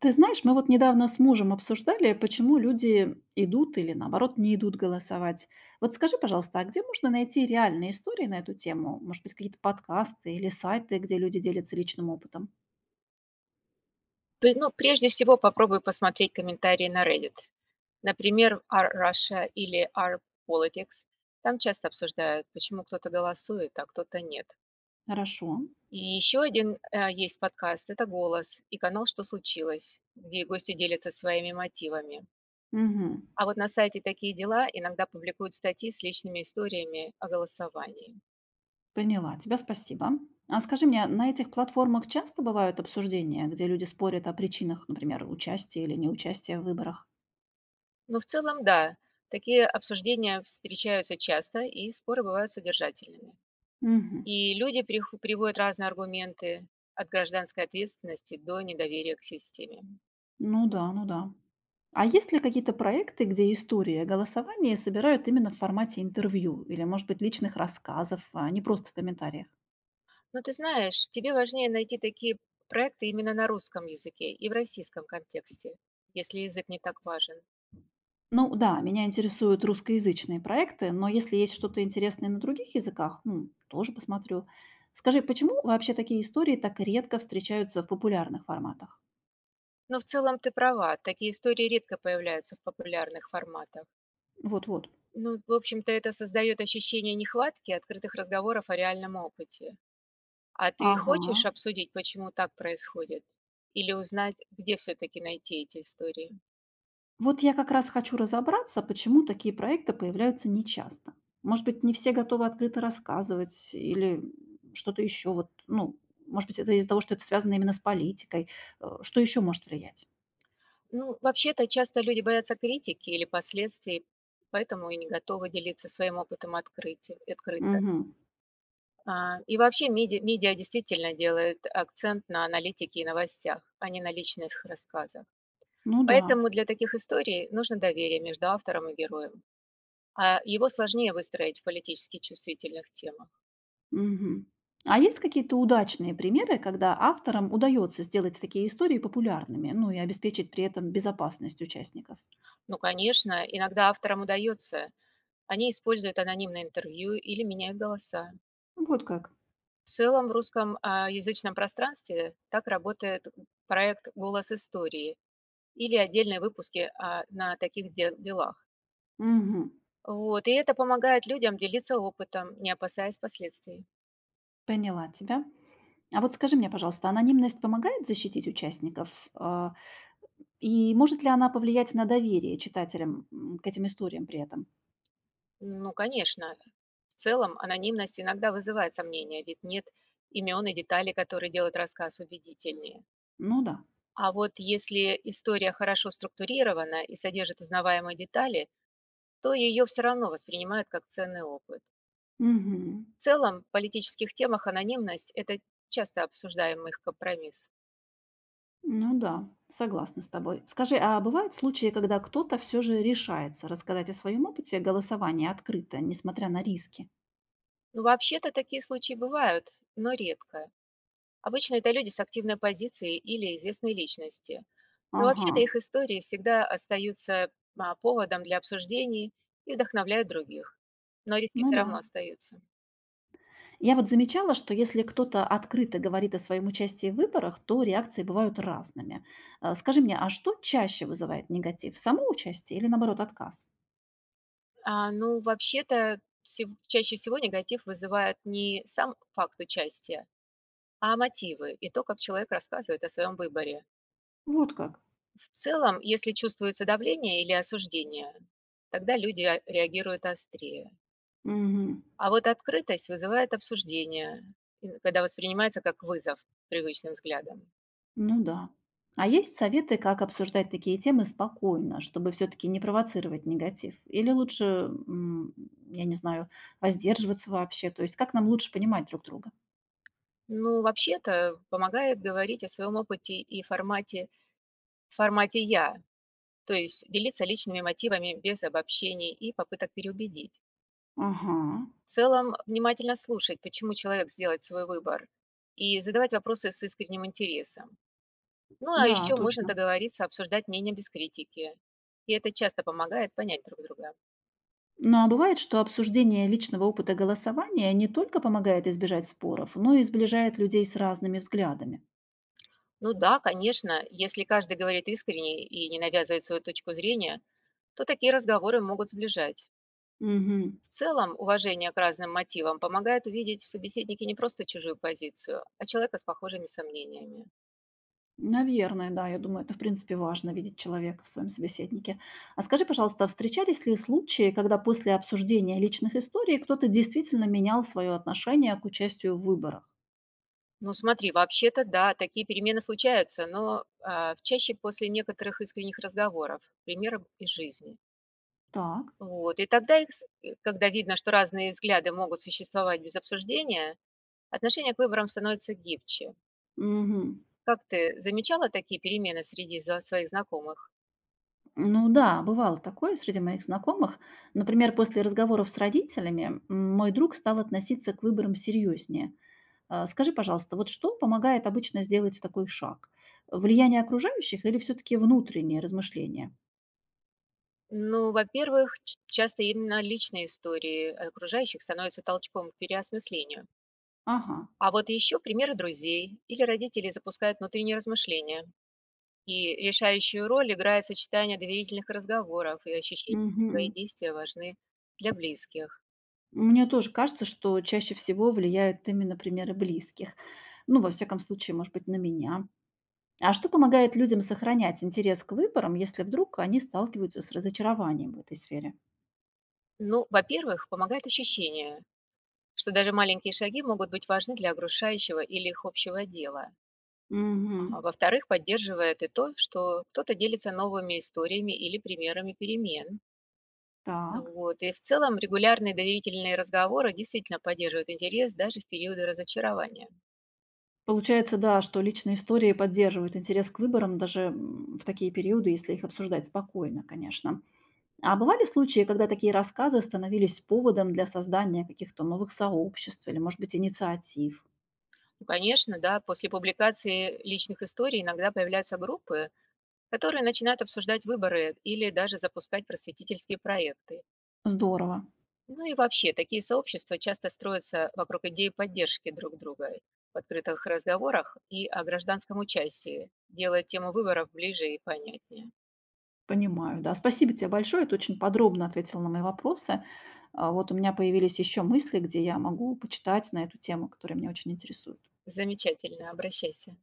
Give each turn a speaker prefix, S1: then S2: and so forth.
S1: Ты знаешь, мы вот недавно с мужем обсуждали, почему люди идут или наоборот не идут голосовать. Вот скажи, пожалуйста, а где можно найти реальные истории на эту тему? Может быть, какие-то подкасты или сайты, где люди делятся личным опытом?
S2: Прежде всего попробуй посмотреть комментарии на Reddit. Например, r-Russia или r-Politics. Там часто обсуждают, почему кто-то голосует, а кто-то нет.
S1: Хорошо.
S2: И еще один, есть это "Голос" и канал "Что случилось?", где гости делятся своими мотивами.
S1: Мгм.
S2: А вот на сайте "Такие дела" иногда публикуют статьи с личными историями о голосовании.
S1: Поняла. Тебя спасибо. А скажи мне, на этих платформах часто бывают обсуждения, где люди спорят о причинах, например, участия или неучастия в выборах?
S2: Но в целом, да, такие обсуждения встречаются часто, и споры бывают содержательными.
S1: Мгм.
S2: И люди приводят разные аргументы от гражданской ответственности до недоверия к системе.
S1: Ну да, ну да. А есть ли какие-то проекты, где истории голосования собирают именно в формате интервью или, может быть, личных рассказов, а не просто в комментариях?
S2: Но ты знаешь, тебе важнее найти такие проекты именно на русском языке и в российском контексте, если язык не так важен.
S1: Ну да, меня интересуют русскоязычные проекты, но если есть что-то интересное на других языках, ну, тоже посмотрю. Скажи, почему вообще такие истории так редко встречаются в популярных форматах?
S2: Но в целом ты права, такие истории редко появляются в популярных форматах.
S1: Вот-вот.
S2: Ну, в общем-то, это создает ощущение нехватки открытых разговоров о реальном опыте. А ты
S1: Ага.
S2: хочешь обсудить, почему так происходит? Или узнать, где все-таки найти эти истории?
S1: Вот я как раз хочу разобраться, почему такие проекты появляются нечасто. Может быть, не все готовы открыто рассказывать или что-то еще. Вот, ну, может быть, это из-за того, что это связано именно с политикой. Что еще может влиять?
S2: Ну, вообще-то часто люди боятся критики или последствий, поэтому и не готовы делиться своим опытом открытия, открыто.
S1: Мгм.
S2: И вообще медиа действительно делает акцент на аналитике и новостях, а не на личных рассказах.
S1: Ну да.
S2: Поэтому для таких историй нужно доверие между автором и героем, а его сложнее выстроить в политически чувствительных темах.
S1: Мгм. А есть какие-то удачные примеры, когда авторам удается сделать такие истории популярными, ну и обеспечить при этом безопасность участников?
S2: Ну, конечно, иногда авторам удается. Они используют анонимные интервью или меняют голоса.
S1: Вот как.
S2: В целом в русском язычном пространстве так работает проект «Голос истории» или отдельные выпуски на таких делах.
S1: Мгм.
S2: Вот, и это помогает людям делиться опытом, не опасаясь последствий.
S1: Поняла тебя. А вот скажи мне, пожалуйста, анонимность помогает защитить участников? И может ли она повлиять на доверие читателям к этим историям при этом?
S2: Ну, конечно, в целом анонимность иногда вызывает сомнения, ведь нет имен и деталей, которые делают рассказ убедительнее.
S1: Ну да.
S2: А вот если история хорошо структурирована и содержит узнаваемые детали, то ее все равно воспринимают как ценный опыт.
S1: Мгм.
S2: В целом, в политических темах анонимность – это часто обсуждаемый их компромисс.
S1: Ну да, согласна с тобой. Скажи, а бывают случаи, когда кто-то все же решается рассказать о своем опыте голосования открыто, несмотря на риски?
S2: Ну, вообще-то такие случаи бывают, но редко. Обычно это люди с активной позицией или известные личности. Но
S1: Ага,
S2: вообще-то их истории всегда остаются поводом для обсуждений и вдохновляют других. Но риски
S1: ну
S2: все
S1: да.
S2: равно остаются.
S1: Я вот замечала, что если кто-то открыто говорит о своем участии в выборах, то реакции бывают разными. Скажи мне, а что чаще вызывает негатив? Само участие или, наоборот, отказ?
S2: Вообще-то чаще всего негатив вызывает не сам факт участия, а мотивы и то, как человек рассказывает о своем выборе.
S1: Вот как.
S2: В целом, если чувствуется давление или осуждение, тогда люди реагируют острее.
S1: Мгм.
S2: А вот открытость вызывает обсуждение, и когда воспринимается как вызов привычным взглядом.
S1: Ну да. А есть советы, как обсуждать такие темы спокойно, чтобы все-таки не провоцировать негатив? Или лучше, я не знаю, воздерживаться вообще? То есть как нам лучше понимать друг друга?
S2: Ну, вообще-то, помогает говорить о своем опыте и формате, формате «я», то есть делиться личными мотивами без обобщений и попыток переубедить.
S1: Ага,
S2: В целом, внимательно слушать, почему человек сделает свой выбор, и задавать вопросы с искренним интересом. Ну, а
S1: да,
S2: еще можно
S1: точно.
S2: договориться обсуждать мнения без критики. И это часто помогает понять друг друга.
S1: Ну а бывает, что обсуждение личного опыта голосования не только помогает избежать споров, но и сближает людей с разными взглядами.
S2: Ну да, конечно, если каждый говорит искренне и не навязывает свою точку зрения, то такие разговоры могут сближать.
S1: Мгм.
S2: В целом, уважение к разным мотивам помогает увидеть в собеседнике не просто чужую позицию, а человека с похожими сомнениями.
S1: Наверное, да, я думаю, это в принципе важно видеть человека в своем собеседнике. А скажи, пожалуйста, встречались ли случаи, когда после обсуждения личных историй кто-то действительно менял свое отношение к участию в выборах?
S2: Ну смотри, вообще-то да, такие перемены случаются, но чаще после некоторых искренних разговоров, примеров из жизни.
S1: Так.
S2: Вот. И тогда когда видно, что разные взгляды могут существовать без обсуждения, отношение к выборам становится гибче.
S1: Мгм.
S2: Как ты замечала такие перемены среди своих знакомых?
S1: Ну да, бывало такое среди моих знакомых. Например, после разговоров с родителями мой друг стал относиться к выборам серьезнее. Скажи, пожалуйста, вот что помогает обычно сделать такой шаг? Влияние окружающих или все-таки внутренние размышления?
S2: Ну, во-первых, часто именно личные истории окружающих становятся толчком к переосмыслению.
S1: Ага.
S2: А вот еще примеры друзей или родителей запускают внутренние размышления. И решающую роль играет сочетание доверительных разговоров и ощущение, что
S1: Мгм.
S2: твои действия важны для близких.
S1: Мне тоже кажется, что чаще всего влияют именно примеры близких. Ну, во всяком случае, может быть, на меня. А что помогает людям сохранять интерес к выборам, если вдруг они сталкиваются с разочарованием в этой сфере?
S2: Ну, во-первых, помогает ощущение, что даже маленькие шаги могут быть важны для огрушающего или их общего дела. А
S1: Угу.
S2: во-вторых, поддерживает и то, что кто-то делится новыми историями или примерами перемен.
S1: Так.
S2: Вот. И в целом регулярные доверительные разговоры действительно поддерживают интерес даже в периоды разочарования.
S1: Получается, да, что личные истории поддерживают интерес к выборам даже в такие периоды, если их обсуждать спокойно, конечно. А бывали случаи, когда такие рассказы становились поводом для создания каких-то новых сообществ или, может быть, инициатив?
S2: Ну, конечно, да, после публикации личных историй иногда появляются группы, которые начинают обсуждать выборы или даже запускать просветительские проекты.
S1: Здорово,
S2: Ну и вообще, такие сообщества часто строятся вокруг идеи поддержки друг друга в открытых разговорах и о гражданском участии, делая тему выборов ближе и понятнее.
S1: понимаю, да. Спасибо тебе большое, ты очень подробно ответил на мои вопросы. Вот у меня появились еще мысли, где я могу почитать на эту тему, которая меня очень интересует.
S2: Замечательно, обращайся.